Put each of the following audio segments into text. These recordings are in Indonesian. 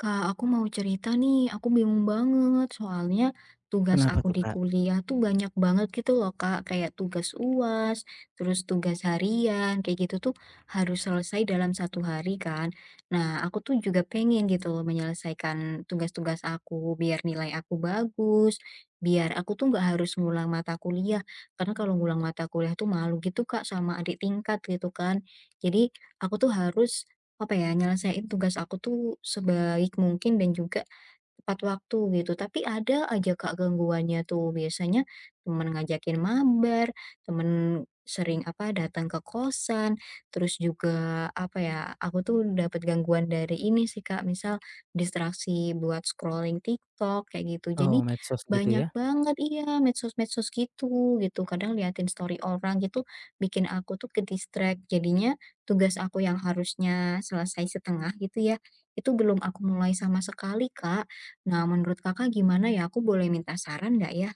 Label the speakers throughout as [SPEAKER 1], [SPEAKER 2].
[SPEAKER 1] Kak, aku mau cerita nih, aku bingung banget soalnya tugas
[SPEAKER 2] Kenapa
[SPEAKER 1] aku
[SPEAKER 2] tuh,
[SPEAKER 1] di
[SPEAKER 2] Kak?
[SPEAKER 1] kuliah tuh banyak banget gitu loh Kak, kayak tugas UAS, terus tugas harian, kayak gitu tuh harus selesai dalam satu hari kan. Nah, aku tuh juga pengen gitu loh menyelesaikan tugas-tugas aku biar nilai aku bagus, biar aku tuh nggak harus ngulang mata kuliah, karena kalau ngulang mata kuliah tuh malu gitu Kak sama adik tingkat gitu kan. Jadi aku tuh harus apa ya, nyelesain tugas aku tuh sebaik mungkin dan juga, tepat waktu gitu, tapi ada aja Kak gangguannya tuh, biasanya temen ngajakin mabar, temen sering apa, datang ke kosan, terus juga apa ya, aku tuh dapat gangguan dari ini sih Kak, misal distraksi buat scrolling TikTok kayak gitu.
[SPEAKER 2] Oh,
[SPEAKER 1] Jadi
[SPEAKER 2] medsos gitu
[SPEAKER 1] banyak
[SPEAKER 2] ya?
[SPEAKER 1] banget iya, medsos-medsos gitu gitu, kadang liatin story orang gitu bikin aku tuh ke-distract, jadinya tugas aku yang harusnya selesai setengah gitu ya, itu belum aku mulai sama sekali Kak. Nah, menurut Kakak gimana ya? Aku boleh minta saran nggak ya?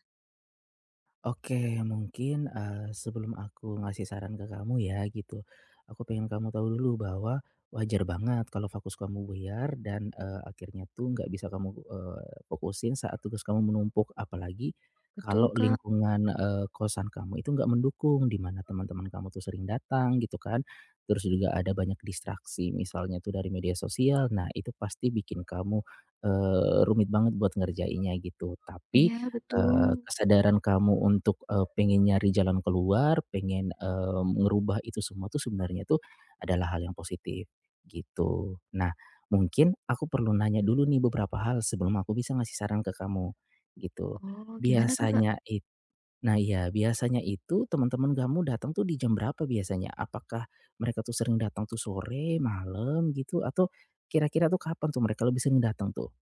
[SPEAKER 2] Oke, mungkin, sebelum aku ngasih saran ke kamu ya gitu, aku pengen kamu tahu dulu bahwa wajar banget kalau fokus kamu buyar dan akhirnya tuh nggak bisa kamu fokusin saat tugas kamu menumpuk. Apalagi
[SPEAKER 1] Betul,
[SPEAKER 2] kalau
[SPEAKER 1] Kak.
[SPEAKER 2] lingkungan kosan kamu itu nggak mendukung, di mana teman-teman kamu tuh sering datang gitu kan, terus juga ada banyak distraksi misalnya tuh dari media sosial. Nah, itu pasti bikin kamu rumit banget buat ngerjainnya gitu. Tapi
[SPEAKER 1] Iya, betul.
[SPEAKER 2] kesadaran kamu untuk pengen nyari jalan keluar, pengen ngerubah itu semua tuh sebenarnya tuh adalah hal yang positif, gitu. Nah, mungkin aku perlu nanya dulu nih beberapa hal sebelum aku bisa ngasih saran ke kamu, gitu.
[SPEAKER 1] Oh, gimana tuh, Kak?
[SPEAKER 2] Biasanya itu, nah iya, Biasanya itu teman-teman kamu datang tuh di jam berapa biasanya? Apakah mereka tuh sering datang tuh sore, malam gitu, atau kira-kira tuh kapan tuh mereka lebih sering datang tuh?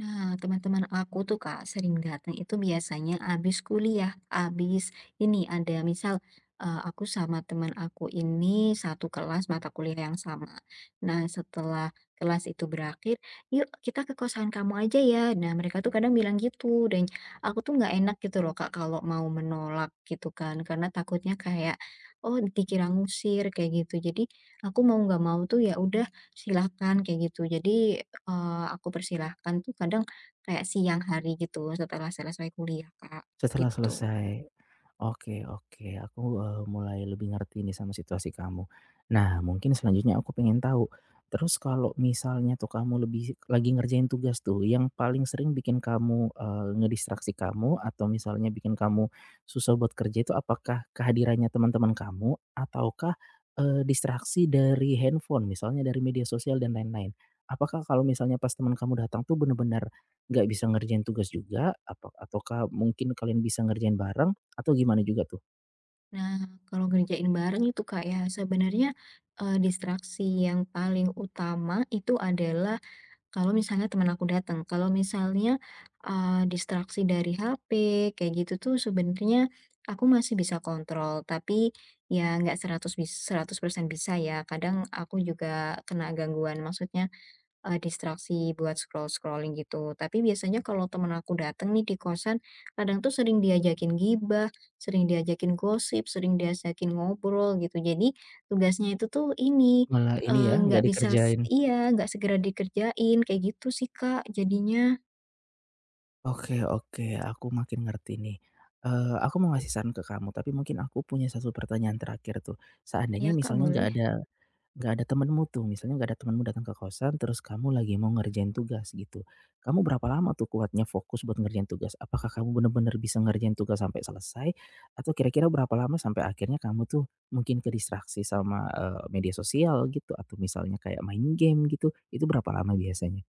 [SPEAKER 1] Nah, teman-teman aku tuh Kak, sering datang itu biasanya abis kuliah, abis ini ada misal, aku sama teman aku ini satu kelas mata kuliah yang sama. Nah, setelah kelas itu berakhir, "Yuk kita ke kosan kamu aja ya." Nah, mereka tuh kadang bilang gitu dan aku tuh nggak enak gitu loh Kak, kalau mau menolak gitu kan, karena takutnya kayak, oh dikira ngusir kayak gitu. Jadi, aku mau nggak mau tuh ya udah silakan kayak gitu. Jadi. Aku persilahkan tuh kadang kayak siang hari gitu setelah selesai kuliah, Kak,
[SPEAKER 2] Setelah
[SPEAKER 1] gitu.
[SPEAKER 2] selesai. Oke, oke, aku mulai lebih ngerti nih sama situasi kamu. Nah, mungkin selanjutnya aku pengen tahu, terus kalau misalnya tuh kamu lebih lagi ngerjain tugas tuh, yang paling sering bikin kamu ngedistraksi kamu atau misalnya bikin kamu susah buat kerja itu apakah kehadirannya teman-teman kamu ataukah distraksi dari handphone, misalnya dari media sosial dan lain-lain? Apakah kalau misalnya pas teman kamu datang tuh benar-benar nggak bisa ngerjain tugas juga apa ataukah mungkin kalian bisa ngerjain bareng atau gimana juga tuh?
[SPEAKER 1] Nah, kalau ngerjain bareng itu, Kak, ya sebenarnya, distraksi yang paling utama itu adalah kalau misalnya teman aku datang. Kalau misalnya, distraksi dari HP kayak gitu tuh sebenarnya aku masih bisa kontrol, tapi ya nggak 100% bisa ya, kadang aku juga kena gangguan. Maksudnya distraksi buat scroll-scrolling gitu. Tapi biasanya kalau temen aku dateng nih di kosan, kadang tuh sering diajakin gibah, sering diajakin gosip, sering diajakin ngobrol gitu. Jadi tugasnya itu tuh ini,
[SPEAKER 2] Malah ini
[SPEAKER 1] eee,
[SPEAKER 2] ya,
[SPEAKER 1] nggak
[SPEAKER 2] nggak
[SPEAKER 1] bisa s
[SPEAKER 2] dikerjain.
[SPEAKER 1] iya, nggak segera dikerjain, kayak gitu sih Kak jadinya.
[SPEAKER 2] Oke, oke, aku makin ngerti nih. Aku mau ngasih saran ke kamu, tapi mungkin aku punya satu pertanyaan terakhir tuh. Seandainya
[SPEAKER 1] Ya Kak,
[SPEAKER 2] misalnya nggak
[SPEAKER 1] boleh?
[SPEAKER 2] ada nggak ada temenmu tuh, misalnya nggak ada temenmu datang ke kosan, terus kamu lagi mau ngerjain tugas gitu. Kamu berapa lama tuh kuatnya fokus buat ngerjain tugas? Apakah kamu bener-bener bisa ngerjain tugas sampai selesai? Atau kira-kira berapa lama sampai akhirnya kamu tuh mungkin kedistraksi sama media sosial gitu, atau misalnya kayak main game gitu, itu berapa lama biasanya?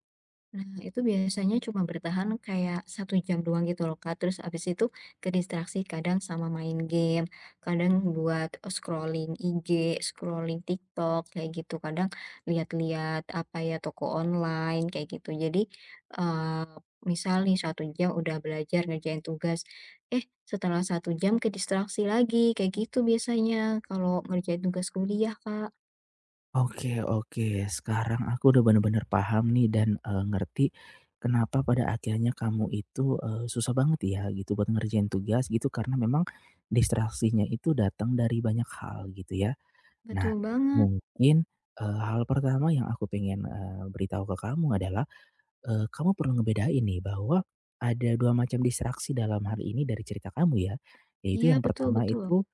[SPEAKER 1] Nah, itu biasanya cuma bertahan kayak satu jam doang gitu loh, Kak. Terus abis itu kedistraksi kadang sama main game, kadang buat scrolling IG, scrolling TikTok kayak gitu. Kadang lihat-lihat apa ya toko online kayak gitu. Jadi eh misal nih satu jam udah belajar ngerjain tugas, setelah satu jam kedistraksi lagi kayak gitu biasanya kalau ngerjain tugas kuliah, Kak.
[SPEAKER 2] Oke, oke, sekarang aku udah bener-bener paham nih dan ngerti kenapa pada akhirnya kamu itu susah banget ya gitu buat ngerjain tugas gitu karena memang distraksinya itu datang dari banyak hal gitu ya.
[SPEAKER 1] Betul
[SPEAKER 2] Nah
[SPEAKER 1] banget.
[SPEAKER 2] mungkin, hal pertama yang aku pengen beritahu ke kamu adalah kamu perlu ngebedain nih bahwa ada 2 macam distraksi dalam hal ini dari cerita kamu ya, yaitu
[SPEAKER 1] Iya,
[SPEAKER 2] yang
[SPEAKER 1] betul,
[SPEAKER 2] pertama
[SPEAKER 1] betul.
[SPEAKER 2] itu,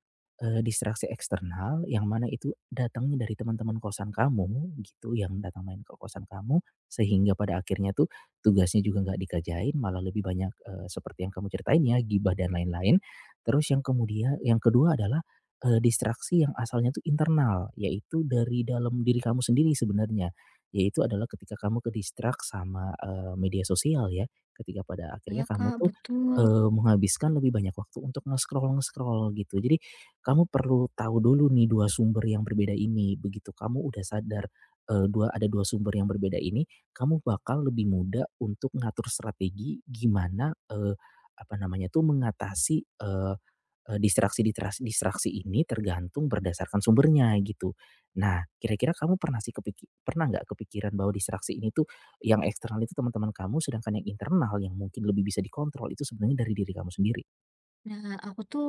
[SPEAKER 2] distraksi eksternal yang mana itu datangnya dari teman-teman kosan kamu gitu, yang datang main ke kosan kamu sehingga pada akhirnya tuh tugasnya juga nggak dikerjain malah lebih banyak, seperti yang kamu ceritain ya, gibah dan lain-lain. Terus yang kemudian yang kedua adalah, distraksi yang asalnya tuh internal, yaitu dari dalam diri kamu sendiri sebenarnya yaitu adalah ketika kamu ke-distract sama media sosial ya, ketika pada
[SPEAKER 1] Iya,
[SPEAKER 2] akhirnya kamu
[SPEAKER 1] Kak,
[SPEAKER 2] tuh,
[SPEAKER 1] betul.
[SPEAKER 2] menghabiskan lebih banyak waktu untuk nge-scroll-nge-scroll gitu. Jadi kamu perlu tahu dulu nih 2 sumber yang berbeda ini, begitu kamu udah sadar, eee, dua ada 2 sumber yang berbeda ini, kamu bakal lebih mudah untuk ngatur strategi gimana, apa namanya tuh, mengatasi, eee eee, distraksi ditrasi distraksi ini tergantung berdasarkan sumbernya gitu. Nah, kira-kira kamu pernah sih kepikir pernah nggak kepikiran bahwa distraksi ini tuh yang eksternal itu teman-teman kamu, sedangkan yang internal yang mungkin lebih bisa dikontrol itu sebenarnya dari diri kamu sendiri?
[SPEAKER 1] Nah, aku tuh,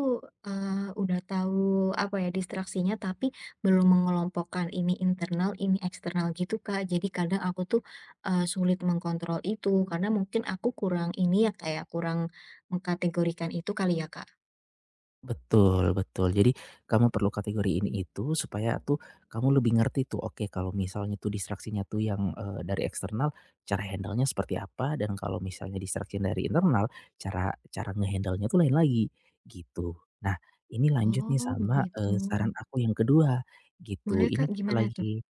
[SPEAKER 1] udah tahu, apa ya, distraksinya, tapi belum mengelompokkan ini internal, ini eksternal gitu, Kak. Jadi kadang aku tuh, sulit mengkontrol itu, karena mungkin aku kurang ini ya, kayak kurang mengkategorikan itu kali ya, Kak?
[SPEAKER 2] Betul, betul. Jadi kamu perlu kategori ini itu supaya tuh kamu lebih ngerti tuh, oke kalau misalnya tuh distraksinya tuh yang dari eksternal cara handle-nya seperti apa, dan kalau misalnya distraksi dari internal cara cara ngehandle nya tuh lain lagi, gitu. Nah, ini lanjut nih
[SPEAKER 1] Oh,
[SPEAKER 2] sama,
[SPEAKER 1] begitu.
[SPEAKER 2] saran aku yang kedua,
[SPEAKER 1] Boleh,
[SPEAKER 2] gitu. Ini
[SPEAKER 1] Kak,
[SPEAKER 2] kita
[SPEAKER 1] gimana tuh?
[SPEAKER 2] lagi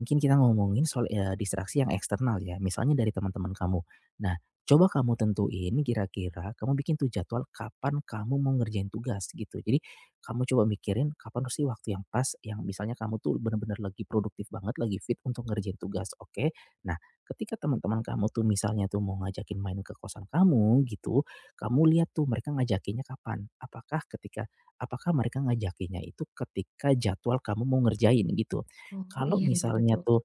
[SPEAKER 2] mungkin kita ngomongin soal, distraksi yang eksternal ya, misalnya dari teman-teman kamu. Nah, coba kamu tentuin kira-kira kamu bikin tuh jadwal kapan kamu mau ngerjain tugas gitu. Jadi, kamu coba mikirin kapan sih waktu yang pas yang misalnya kamu tuh bener-bener lagi produktif banget, lagi fit untuk ngerjain tugas, oke? Nah, ketika teman-teman kamu tuh misalnya tuh mau ngajakin main ke kosan kamu gitu, kamu lihat tuh mereka ngajakinnya kapan. Apakah mereka ngajakinnya itu ketika jadwal kamu mau ngerjain gitu?
[SPEAKER 1] Oh,
[SPEAKER 2] Kalau
[SPEAKER 1] iya iya,
[SPEAKER 2] misalnya
[SPEAKER 1] betul.
[SPEAKER 2] tuh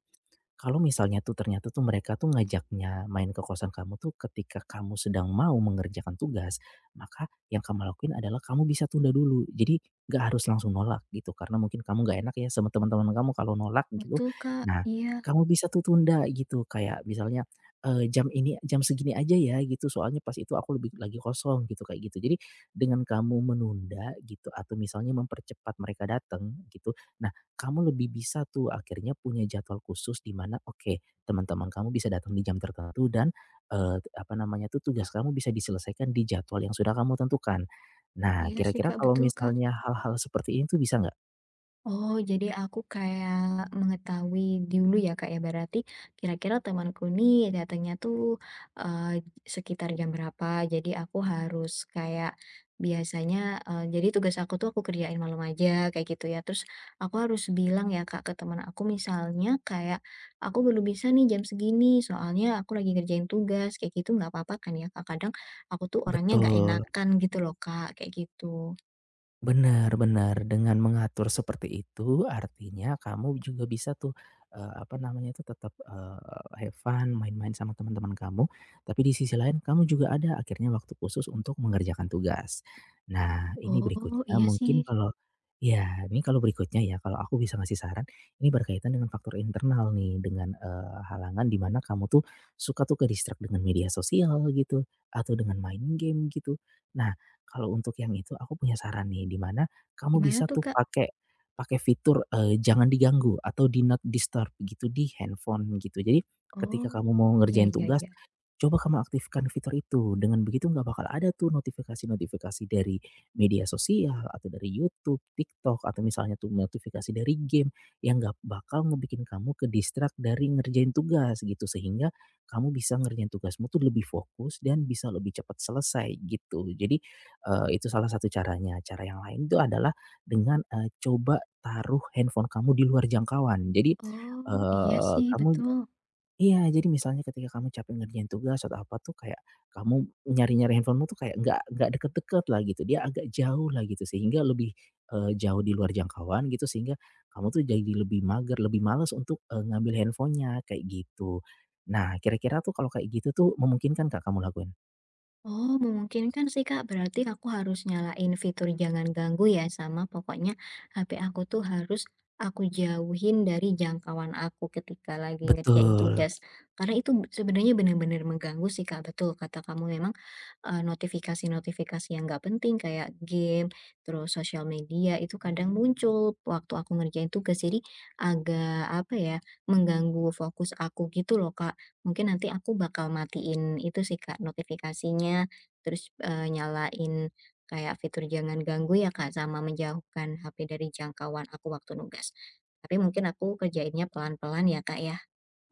[SPEAKER 2] Kalau misalnya tuh ternyata tuh mereka tuh ngajaknya main ke kosan kamu tuh ketika kamu sedang mau mengerjakan tugas, maka yang kamu lakuin adalah kamu bisa tunda dulu. Jadi nggak harus langsung nolak gitu, karena mungkin kamu nggak enak ya sama teman-teman kamu kalau nolak gitu.
[SPEAKER 1] Betul, Kak.
[SPEAKER 2] Nah,
[SPEAKER 1] Iya.
[SPEAKER 2] kamu bisa tuh tunda gitu, kayak misalnya, "Jam ini jam segini aja ya," gitu, "soalnya pas itu aku lebih lagi kosong," gitu, kayak gitu. Jadi dengan kamu menunda gitu atau misalnya mempercepat mereka datang gitu, nah kamu lebih bisa tuh akhirnya punya jadwal khusus di mana oke, teman-teman kamu bisa datang di jam tertentu dan, apa namanya tuh, tugas kamu bisa diselesaikan di jadwal yang sudah kamu tentukan. Nah,
[SPEAKER 1] Iya sih,
[SPEAKER 2] kira-kira
[SPEAKER 1] Kak,
[SPEAKER 2] kalau
[SPEAKER 1] betul, Kak.
[SPEAKER 2] misalnya hal-hal seperti ini tuh bisa nggak?
[SPEAKER 1] Oh, jadi aku kayak mengetahui dulu ya Kak ya, berarti kira-kira temanku nih datangnya tuh eee, sekitar jam berapa, jadi aku harus kayak biasanya jadi tugas aku tuh aku kerjain malam aja kayak gitu ya, terus aku harus bilang ya Kak ke teman aku misalnya kayak, "Aku belum bisa nih jam segini, soalnya aku lagi ngerjain tugas," kayak gitu nggak apa-apa kan ya Kak? Kadang aku tuh orangnya nggak
[SPEAKER 2] Betul.
[SPEAKER 1] enakan gitu loh Kak, kayak gitu.
[SPEAKER 2] Benar, benar, dengan mengatur seperti itu artinya kamu juga bisa tuh, apa namanya tuh, tetap, have fun, main-main sama teman-teman kamu, tapi di sisi lain kamu juga ada akhirnya waktu khusus untuk mengerjakan tugas. Nah, ini
[SPEAKER 1] Oh,
[SPEAKER 2] berikutnya
[SPEAKER 1] iya sih,
[SPEAKER 2] mungkin kalau ya, ini kalau berikutnya ya, kalau aku bisa ngasih saran, ini berkaitan dengan faktor internal nih, dengan, halangan di mana kamu tuh suka tuh ke-distract dengan media sosial gitu, atau dengan main game gitu. Nah kalau untuk yang itu aku punya saran nih, di mana kamu
[SPEAKER 1] gimana
[SPEAKER 2] bisa
[SPEAKER 1] tuh
[SPEAKER 2] tuh
[SPEAKER 1] Kak?
[SPEAKER 2] pakai pakai fitur, jangan diganggu atau do not disturb gitu di handphone gitu. Jadi ketika kamu mau
[SPEAKER 1] Oh, iya
[SPEAKER 2] ngerjain
[SPEAKER 1] iya
[SPEAKER 2] tugas
[SPEAKER 1] iya.
[SPEAKER 2] coba kamu aktifkan fitur itu, dengan begitu nggak bakal ada tuh notifikasi-notifikasi dari media sosial, atau dari YouTube, TikTok, atau misalnya tuh notifikasi dari game, yang nggak bakal ngebikin kamu ke-distract dari ngerjain tugas gitu, sehingga kamu bisa ngerjain tugasmu tuh lebih fokus dan bisa lebih cepat selesai gitu. Jadi, itu salah satu caranya. Cara yang lain itu adalah dengan, coba taruh handphone kamu di luar jangkauan. Jadi,
[SPEAKER 1] Oh, iya
[SPEAKER 2] eee,
[SPEAKER 1] sih
[SPEAKER 2] kamu
[SPEAKER 1] betul.
[SPEAKER 2] Iya, jadi misalnya ketika kamu capek ngerjain tugas atau apa tuh kayak kamu nyari-nyari handphonemu tuh kayak nggak deket-deket lah gitu, dia agak jauh lah gitu sehingga lebih, jauh di luar jangkauan gitu sehingga kamu tuh jadi lebih mager, lebih males untuk, ngambil handphonenya kayak gitu. Nah, kira-kira tuh kalau kayak gitu tuh memungkinkan Kak, kamu lakuin?
[SPEAKER 1] Oh, memungkinkan sih Kak, berarti aku harus nyalain fitur jangan ganggu ya, sama pokoknya HP aku tuh harus aku jauhin dari jangkauan aku ketika lagi ngerjain
[SPEAKER 2] Betul.
[SPEAKER 1] tugas. Karena itu sebenarnya benar-benar mengganggu sih Kak, betul kata kamu memang notifikasi-notifikasi yang nggak penting kayak game, terus sosial media itu kadang muncul waktu aku ngerjain tugas, jadi agak apa ya, mengganggu fokus aku gitu loh Kak. Mungkin nanti aku bakal matiin itu sih Kak, notifikasinya, terus, nyalain kayak fitur jangan ganggu ya Kak, sama menjauhkan HP dari jangkauan aku waktu nugas. Tapi mungkin aku kerjainnya pelan-pelan ya Kak ya?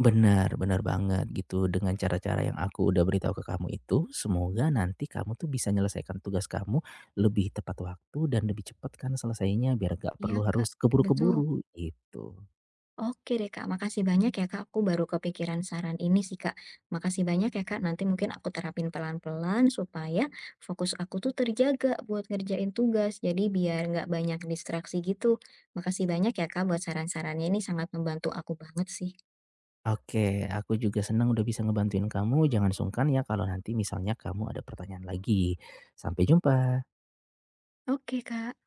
[SPEAKER 2] Benar, benar banget gitu, dengan cara-cara yang aku udah beritahu ke kamu itu, semoga nanti kamu tuh bisa nyelesaikan tugas kamu lebih tepat waktu dan lebih cepat kan selesainya, biar gak
[SPEAKER 1] Iya
[SPEAKER 2] perlu harus
[SPEAKER 1] Kak, betul.
[SPEAKER 2] keburu-keburu, gitu.
[SPEAKER 1] Oke deh Kak, makasih banyak ya Kak. Aku baru kepikiran saran ini sih Kak. Makasih banyak ya Kak. Nanti mungkin aku terapin pelan-pelan supaya fokus aku tuh terjaga buat ngerjain tugas. Jadi biar nggak banyak distraksi gitu. Makasih banyak ya Kak buat saran-sarannya. Ini sangat membantu aku banget sih.
[SPEAKER 2] Oke, aku juga senang udah bisa ngebantuin kamu, jangan sungkan ya kalau nanti misalnya kamu ada pertanyaan lagi. Sampai jumpa.
[SPEAKER 1] Oke, Kak.